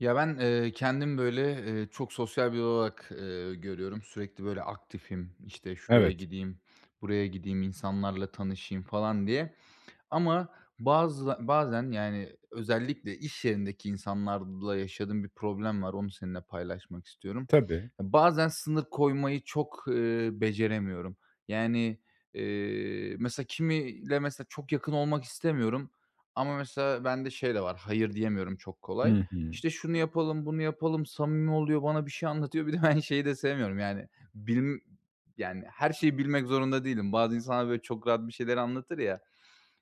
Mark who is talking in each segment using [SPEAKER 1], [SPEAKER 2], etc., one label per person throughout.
[SPEAKER 1] Ya, ben, kendim, böyle, çok sosyal biri olarak, görüyorum. Sürekli, böyle, aktifim, işte, şuraya
[SPEAKER 2] Evet,
[SPEAKER 1] gideyim, buraya gideyim, insanlarla tanışayım falan diye. Ama bazen, yani, özellikle iş yerindeki insanlarla yaşadığım bir problem var. Onu seninle paylaşmak istiyorum.
[SPEAKER 2] tabii.
[SPEAKER 1] Bazen sınır koymayı çok, beceremiyorum. Yani, mesela mesela çok yakın olmak istemiyorum ama mesela bende şey de var, hayır diyemiyorum çok kolay.
[SPEAKER 2] Hı hı.
[SPEAKER 1] İşte şunu yapalım, bunu yapalım, samimi oluyor, bana bir şey anlatıyor. Bir de ben şeyi de sevmiyorum yani, bilim yani her şeyi bilmek zorunda değilim. Bazı insanlar böyle çok rahat bir şeyler anlatır ya.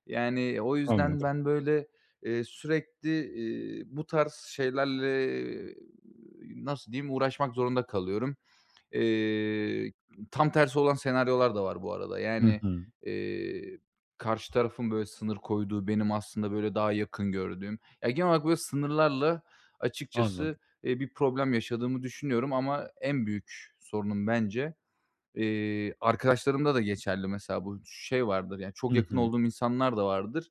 [SPEAKER 1] Yani, o yüzden
[SPEAKER 2] Anladım.
[SPEAKER 1] ben, böyle, sürekli, bu tarz şeylerle, e, nasıl diyeyim, uğraşmak zorunda kalıyorum. Eee, Tam tersi olan senaryolar da var bu arada.
[SPEAKER 2] Hı
[SPEAKER 1] Yani,
[SPEAKER 2] hı.
[SPEAKER 1] eee, karşı tarafın, böyle, sınır koyduğu, benim aslında, böyle, daha yakın gördüğüm. Ya, genel olarak, böyle, sınırlarla açıkçası,
[SPEAKER 2] Anladım.
[SPEAKER 1] bir problem yaşadığımı düşünüyorum ama en büyük sorunum bence. Arkadaşlarımda da geçerli mesela bu şey vardır, yani, çok
[SPEAKER 2] Hı
[SPEAKER 1] yakın
[SPEAKER 2] hı.
[SPEAKER 1] olduğum insanlar da vardır.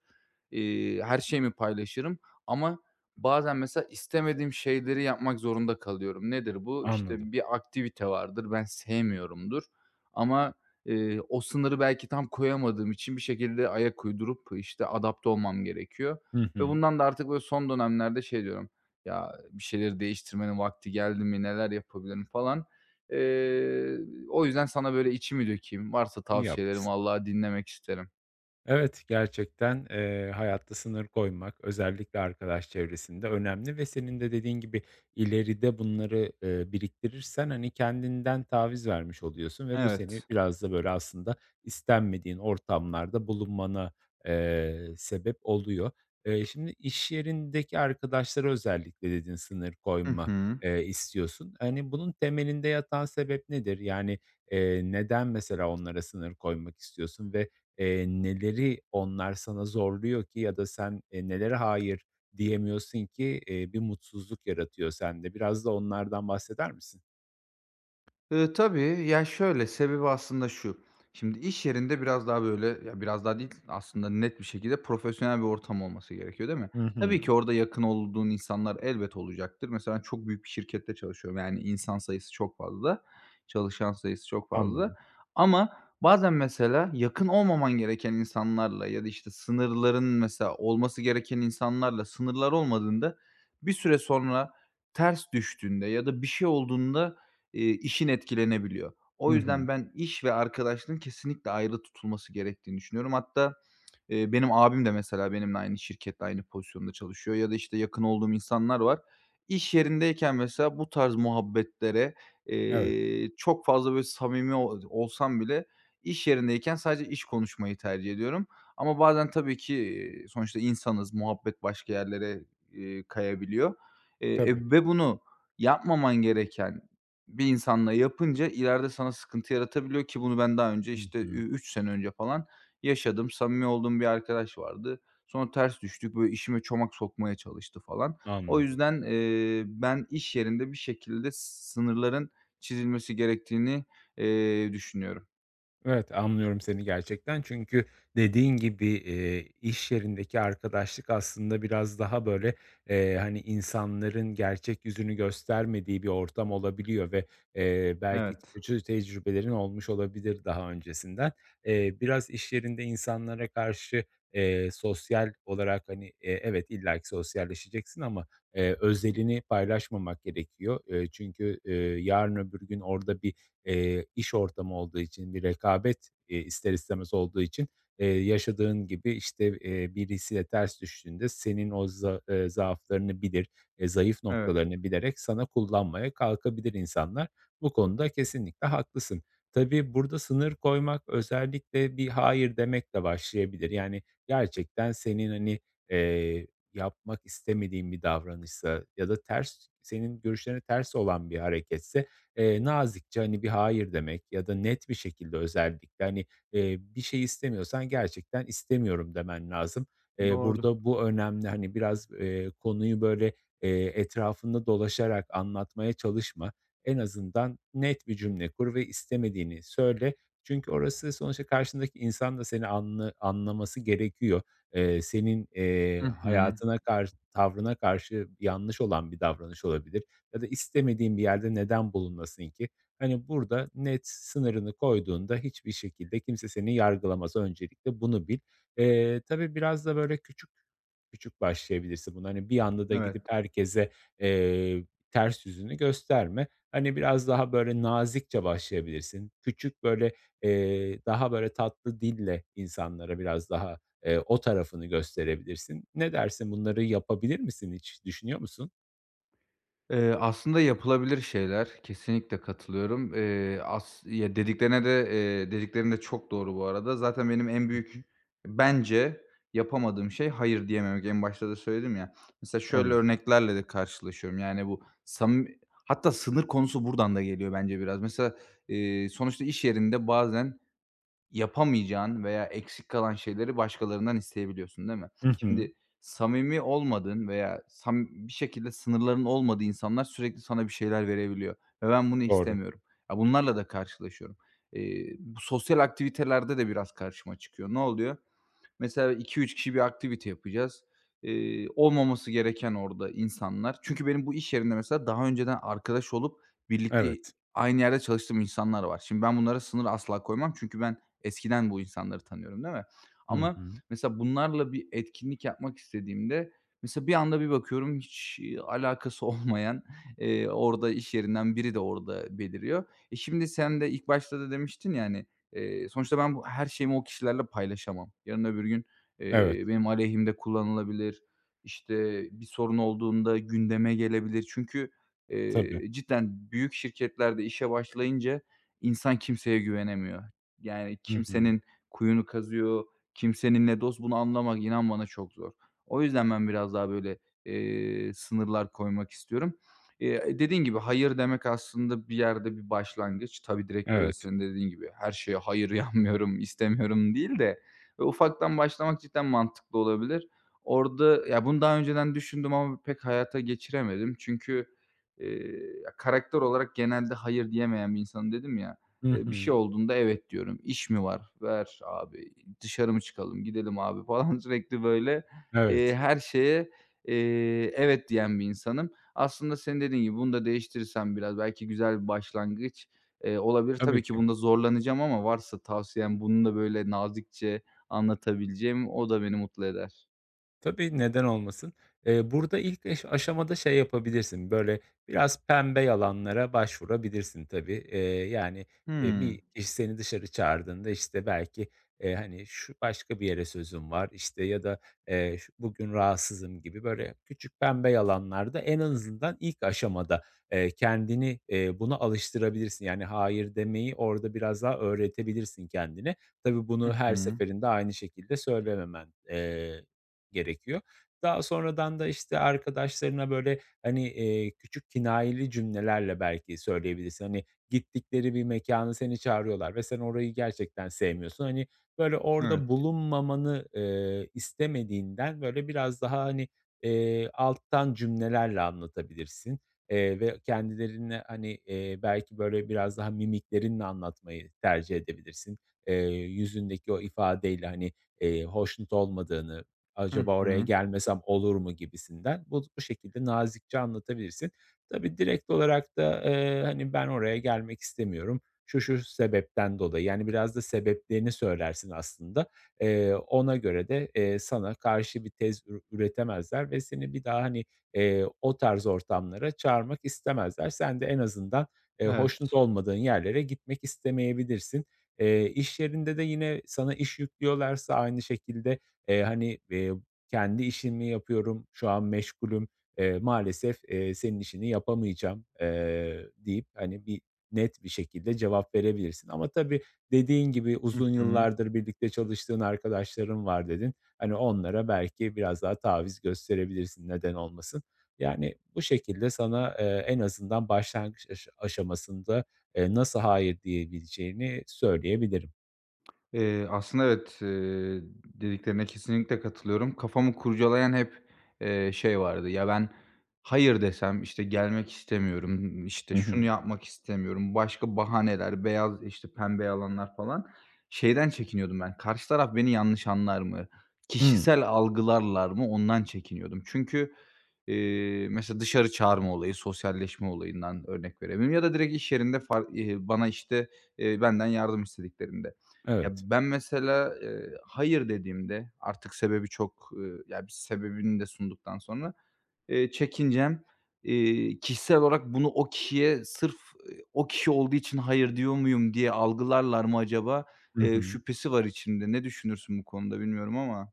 [SPEAKER 1] Her şeyimi paylaşırım ama bazen mesela istemediğim şeyleri yapmak zorunda kalıyorum. Nedir bu?
[SPEAKER 2] Anladım.
[SPEAKER 1] İşte, bir aktivite vardır, ben sevmiyorumdur ama, o sınırı belki tam koyamadığım için bir şekilde ayak uydurup, işte, adapte olmam gerekiyor
[SPEAKER 2] Hı
[SPEAKER 1] ve
[SPEAKER 2] hı.
[SPEAKER 1] bundan da artık böyle son dönemlerde şey diyorum, "Ya, bir şeyleri değiştirmenin vakti geldi mi, neler yapabilirim?" falan. Eee, O yüzden sana böyle içimi dökeyim. Varsa
[SPEAKER 2] İyi
[SPEAKER 1] tavsiyelerim
[SPEAKER 2] yapmışsın.
[SPEAKER 1] vallahi dinlemek isterim.
[SPEAKER 2] Evet, gerçekten, hayatta sınır koymak, özellikle arkadaş çevresinde önemli ve senin de dediğin gibi ileride bunları, biriktirirsen, hani, kendinden taviz vermiş oluyorsun ve bu seni
[SPEAKER 1] Evet.
[SPEAKER 2] biraz da, böyle, aslında istenmediğin ortamlarda bulunmana, sebep oluyor. Şimdi iş yerindeki arkadaşlara özellikle dedin sınır
[SPEAKER 1] Hı
[SPEAKER 2] koyma,
[SPEAKER 1] hı.
[SPEAKER 2] istiyorsun. Hani, bunun temelinde yatan sebep nedir? Yani, neden mesela onlara sınır koymak istiyorsun ve neleri onlar sana zorluyor ki ya da sen, nelere hayır diyemiyorsun ki, bir mutsuzluk yaratıyor sende? Biraz da onlardan bahseder misin?
[SPEAKER 1] Tabii. Ya, şöyle, sebebi aslında şu: şimdi iş yerinde biraz daha değil, aslında net bir şekilde profesyonel bir ortam olması gerekiyor, değil mi?
[SPEAKER 2] Hı hı.
[SPEAKER 1] Tabii ki orada yakın olduğun insanlar elbet olacaktır. Mesela çok büyük bir şirkette çalışıyorum. Yani insan sayısı çok fazla, çalışan sayısı çok fazla
[SPEAKER 2] Anladım.
[SPEAKER 1] ama bazen mesela yakın olmaman gereken insanlarla ya da, işte, sınırların mesela olması gereken insanlarla sınırlar olmadığında bir süre sonra ters düştüğünde ya da bir şey olduğunda işin etkilenebiliyor.
[SPEAKER 2] Hı
[SPEAKER 1] O
[SPEAKER 2] hı.
[SPEAKER 1] yüzden ben iş ve arkadaşlığın kesinlikle ayrı tutulması gerektiğini düşünüyorum. Hatta, benim abim de mesela benimle aynı şirkette, aynı pozisyonda çalışıyor ya da, işte, yakın olduğum insanlar var. İş yerindeyken mesela bu tarz muhabbetlere,
[SPEAKER 2] Evet,
[SPEAKER 1] çok fazla, böyle, samimi olsam bile iş yerindeyken sadece iş konuşmayı tercih ediyorum. Ama bazen tabii ki, sonuçta insanız, muhabbet başka yerlere, kayabiliyor.
[SPEAKER 2] tabii.
[SPEAKER 1] Ve bunu yapmaman gereken bir insanla yapınca ileride sana sıkıntı yaratabiliyor ki bunu ben daha önce,
[SPEAKER 2] Hı
[SPEAKER 1] işte,
[SPEAKER 2] hı.
[SPEAKER 1] 3 sene önce falan yaşadım, samimi olduğum bir arkadaş vardı. Sonra ters düştük, böyle, işime çomak sokmaya çalıştı falan. O
[SPEAKER 2] Anladım.
[SPEAKER 1] yüzden, ben iş yerinde bir şekilde sınırların çizilmesi gerektiğini, düşünüyorum.
[SPEAKER 2] Evet, anlıyorum seni gerçekten. Çünkü dediğin gibi, iş yerindeki arkadaşlık aslında biraz daha böyle, hani, insanların gerçek yüzünü göstermediği bir ortam olabiliyor ve, belki
[SPEAKER 1] Evet,
[SPEAKER 2] kötü tecrübelerin olmuş olabilir daha öncesinden. Biraz iş yerinde insanlara karşı, sosyal olarak, hani, evet, illaki sosyalleşeceksin ama, özelini paylaşmamak gerekiyor. Çünkü, yarın öbür gün orada bir iş ortamı olduğu için, bir rekabet, ister istemez olduğu için, yaşadığın gibi, işte, birisiyle ters düştüğünde senin o za zaaflarını bilir, zayıf
[SPEAKER 1] evet.
[SPEAKER 2] noktalarını bilerek sana kullanmaya kalkabilir insanlar. Bu konuda kesinlikle haklısın. Tabii, burada sınır koymak özellikle bir hayır demekle başlayabilir. Yani, gerçekten senin, hani, eee, yapmak istemediğin bir davranışsa ya da ters senin görüşlerine ters olan bir hareketse nazikçe, hani, bir hayır demek ya da net bir şekilde özellikle, hani, bir şey istemiyorsan gerçekten istemiyorum demen lazım.
[SPEAKER 1] Doğru.
[SPEAKER 2] Burada bu önemli. Hani, biraz, konuyu böyle, etrafında dolaşarak anlatmaya çalışma. En azından net bir cümle kur ve istemediğini söyle. Çünkü orası sonuçta karşındaki insan da seni anlaması gerekiyor. Senin,
[SPEAKER 1] Hı hı.
[SPEAKER 2] hayatına karşı, tavrına karşı yanlış olan bir davranış olabilir ya da istemediğin bir yerde neden bulunasın ki? Hani, burada net sınırını koyduğunda hiçbir şekilde kimse seni yargılamaz. Öncelikle bunu bil. Tabii biraz da böyle küçük küçük başlayabilirsin. Bunu, hani, bir anda da gidip
[SPEAKER 1] Evet.
[SPEAKER 2] herkese, eee, ters yüzünü gösterme. Hani, biraz daha böyle nazikçe başlayabilirsin. Küçük, böyle, daha böyle tatlı dille insanlara biraz daha, o tarafını gösterebilirsin. Ne dersin? Bunları yapabilir misin hiç? Düşünüyor musun?
[SPEAKER 1] Aslında yapılabilir şeyler. Kesinlikle katılıyorum. As ya, dediklerine de, Dediklerin de çok doğru bu arada. Zaten benim en
[SPEAKER 2] Hı hı.
[SPEAKER 1] büyük bence yapamadığım şey hayır diyememek. En başta da söyledim ya. Mesela şöyle
[SPEAKER 2] Anladım.
[SPEAKER 1] örneklerle de karşılaşıyorum. Yani bu samimi hatta sınır konusu buradan da geliyor bence biraz. Mesela, sonuçta iş yerinde bazen yapamayacağın veya eksik kalan şeyleri başkalarından isteyebiliyorsun, değil mi?
[SPEAKER 2] Hı hı.
[SPEAKER 1] Şimdi samimi olmadığın veya bir şekilde sınırların olmadığı insanlar sürekli sana bir şeyler verebiliyor ve ben bunu
[SPEAKER 2] Doğru.
[SPEAKER 1] istemiyorum. Ya, bunlarla da karşılaşıyorum. Bu sosyal aktivitelerde de biraz karşıma çıkıyor. Ne oluyor? Mesela iki üç kişi bir aktivite yapacağız. Olmaması gereken orada insanlar. Çünkü benim bu iş yerinde mesela daha önceden arkadaş olup birlikte
[SPEAKER 2] Evet.
[SPEAKER 1] aynı yerde çalıştığım insanlar var. Şimdi ben bunlara sınır asla koymam çünkü ben eskiden bu insanları tanıyorum, değil mi?
[SPEAKER 2] Hı
[SPEAKER 1] Ama
[SPEAKER 2] hı.
[SPEAKER 1] mesela bunlarla bir etkinlik yapmak istediğimde mesela bir anda bir bakıyorum hiç, alakası olmayan, orada iş yerinden biri de orada beliriyor. Şimdi sen de ilk başta da demiştin yani. Sonuçta ben her şeyimi o kişilerle paylaşamam. Yarın öbür gün,
[SPEAKER 2] Evet,
[SPEAKER 1] benim aleyhimde kullanılabilir, İşte bir sorun olduğunda gündeme gelebilir. Çünkü,
[SPEAKER 2] tabii.
[SPEAKER 1] cidden büyük şirketlerde işe başlayınca insan kimseye güvenemiyor. Yani
[SPEAKER 2] Hı hı.
[SPEAKER 1] kimsenin kuyunu kazıyor, kimsenin ne dost bunu anlamak inan bana çok zor. O yüzden ben biraz daha böyle, sınırlar koymak istiyorum. Dediğin gibi hayır demek aslında bir yerde bir başlangıç. Tabii direkt böyle
[SPEAKER 2] Evet.
[SPEAKER 1] senin dediğin gibi her şeye hayır yanmıyorum, istemiyorum değil de ufaktan başlamak cidden mantıklı olabilir. Orada ya bunu daha önceden düşündüm ama pek hayata geçiremedim. Çünkü, eee, ya karakter olarak genelde hayır diyemeyen bir insanım dedim ya.
[SPEAKER 2] Hı
[SPEAKER 1] Bir şey
[SPEAKER 2] hı.
[SPEAKER 1] olduğunda evet diyorum. İş mi var? Ver abi. Dışarı mı çıkalım? Gidelim abi falan. Sürekli böyle,
[SPEAKER 2] Evet,
[SPEAKER 1] her şeye, evet diyen bir insanım. Aslında senin dediğin gibi bunu da değiştirsem biraz belki güzel bir başlangıç, olabilir.
[SPEAKER 2] tabii
[SPEAKER 1] Tabii ki
[SPEAKER 2] ki.
[SPEAKER 1] bunda zorlanacağım ama varsa tavsiyen bunu da böyle nazikçe anlatabileceğim, o da beni mutlu eder.
[SPEAKER 2] Tabii, neden olmasın? Burada ilk aşamada şey yapabilirsin, böyle, biraz pembe yalanlara başvurabilirsin tabii. Yani,
[SPEAKER 1] Hımm.
[SPEAKER 2] bir kişi seni dışarı çağırdığında, işte, belki, hani, "Şu başka bir yere sözüm var." işte, ya da, "Şu bugün rahatsızım." gibi, böyle, küçük pembe yalanlarda en azından ilk aşamada, kendini, buna alıştırabilirsin. Yani, hayır demeyi orada biraz daha öğretebilirsin kendine. Tabii, bunu
[SPEAKER 1] Hı
[SPEAKER 2] her
[SPEAKER 1] hı.
[SPEAKER 2] seferinde aynı şekilde söylememen, gerekiyor. Daha sonradan da, işte, arkadaşlarına, böyle, hani, küçük kinayeli cümlelerle belki söyleyebilirsin. Hani, gittikleri bir mekâna seni çağırıyorlar ve sen orayı gerçekten sevmiyorsun. Hani, böyle, orada
[SPEAKER 1] Evet.
[SPEAKER 2] bulunmamanı, istemediğinden, böyle, biraz daha, hani, alttan cümlelerle anlatabilirsin, ve kendilerine, hani, belki, böyle, biraz daha mimiklerinle anlatmayı tercih edebilirsin. Yüzündeki o ifadeyle, hani, hoşnut olmadığını.
[SPEAKER 1] Hı
[SPEAKER 2] Acaba oraya
[SPEAKER 1] hı.
[SPEAKER 2] gelmesem olur mu gibisinden. Bu şekilde nazikçe anlatabilirsin. Tabii direkt olarak da, hani, "Ben oraya gelmek istemiyorum. Şu, şu sebepten dolayı." Yani biraz da sebeplerini söylersin aslında. Ona göre de, sana karşı bir tez üretemezler ve seni bir daha, hani, o tarz ortamlara çağırmak istemezler. Sen de en azından,
[SPEAKER 1] Evet.
[SPEAKER 2] hoşnut olmadığın yerlere gitmek istemeyebilirsin. İş yerinde de yine sana iş yüklüyorlarsa aynı şekilde, hani, kendi işimi yapıyorum, şu an meşgulüm, maalesef, senin işini yapamayacağım, deyip, hani, bir net bir şekilde cevap verebilirsin. Ama tabii dediğin gibi
[SPEAKER 1] Hı
[SPEAKER 2] uzun
[SPEAKER 1] hı.
[SPEAKER 2] yıllardır birlikte çalıştığın arkadaşların var dedin. Hani, onlara belki biraz daha taviz gösterebilirsin, neden olmasın. Yani, bu şekilde sana, en azından başlangıç aşamasında, nasıl hayır diyebileceğini söyleyebilirim.
[SPEAKER 1] Aslında evet, dediklerine kesinlikle katılıyorum. Kafamı kurcalayan hep, şey vardı, ya ben hayır desem, işte, gelmek istemiyorum, işte,
[SPEAKER 2] Hı
[SPEAKER 1] şunu
[SPEAKER 2] hı.
[SPEAKER 1] yapmak istemiyorum, başka bahaneler, beyaz, işte, pembe yalanlar falan. Şeyden çekiniyordum ben, karşı taraf beni yanlış anlar mı,
[SPEAKER 2] Hımm.
[SPEAKER 1] kişisel algılarlar mı ondan çekiniyordum. Çünkü, mesela dışarı çağırma olayı, sosyalleşme olayından örnek verebilirim ya da direkt iş yerinde far bana, işte, benden yardım istediklerinde. Ya,
[SPEAKER 2] Evet.
[SPEAKER 1] ben mesela, hayır dediğimde artık sebebi çok, ya, bir sebebini de sunduktan sonra, çekincem, kişisel olarak bunu o kişiye sırf, o kişi olduğu için hayır diyor muyum diye algılarlar mı acaba,
[SPEAKER 2] Hı hı.
[SPEAKER 1] şüphesi var içimde. Ne düşünürsün bu konuda bilmiyorum ama?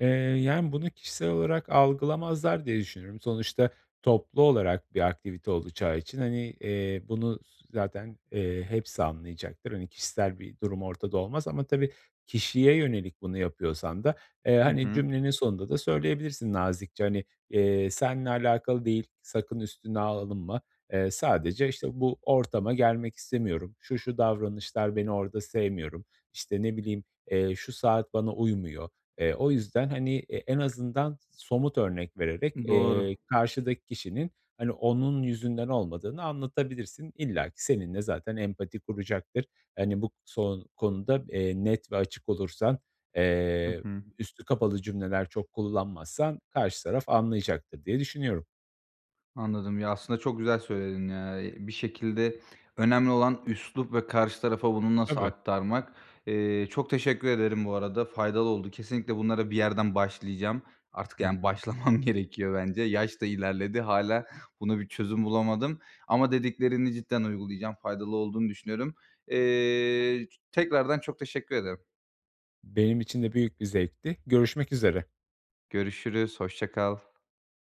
[SPEAKER 2] Eee, yani, bunu kişisel olarak algılamazlar diye düşünüyorum. Sonuçta toplu olarak bir aktivite olacağı için, hani, bunu zaten, hepsi anlayacaktır. Hani, kişisel bir durum ortada olmaz ama tabii kişiye yönelik bunu yapıyorsan da,
[SPEAKER 1] Hı
[SPEAKER 2] hani,
[SPEAKER 1] hı.
[SPEAKER 2] cümlenin sonunda da söyleyebilirsin nazikçe, hani, "Seninle alakalı değil, sakın üstüne alınma. Sadece, işte, bu ortama gelmek istemiyorum. Şu şu davranışlar beni orada sevmiyorum. İşte, ne bileyim, şu saat bana uymuyor." O yüzden, hani, e en azından somut örnek vererek,
[SPEAKER 1] Doğru.
[SPEAKER 2] karşıdaki kişinin, hani, onun yüzünden olmadığını anlatabilirsin. İlla ki seninle zaten empati kuracaktır. Hani, bu son konuda, net ve açık olursan,
[SPEAKER 1] Hı
[SPEAKER 2] eee,
[SPEAKER 1] hı.
[SPEAKER 2] üstü kapalı cümleler çok kullanmazsan karşı taraf anlayacaktır diye düşünüyorum.
[SPEAKER 1] Anladım. Ya, aslında çok güzel söyledin ya. Bir şekilde önemli olan üslup ve karşı tarafa bunu nasıl
[SPEAKER 2] Tabii.
[SPEAKER 1] aktarmak. Çok teşekkür ederim bu arada. Faydalı oldu. Kesinlikle bunlara bir yerden başlayacağım. Artık,
[SPEAKER 2] Hı
[SPEAKER 1] yani,
[SPEAKER 2] hı.
[SPEAKER 1] başlamam gerekiyor bence. Yaş da ilerledi. Hala buna bir çözüm bulamadım ama dediklerini cidden uygulayacağım. Faydalı olduğunu düşünüyorum. Eee, Tekrardan çok teşekkür ederim.
[SPEAKER 2] Benim için de büyük bir zevkti. Görüşmek üzere.
[SPEAKER 1] Görüşürüz, hoşça kal.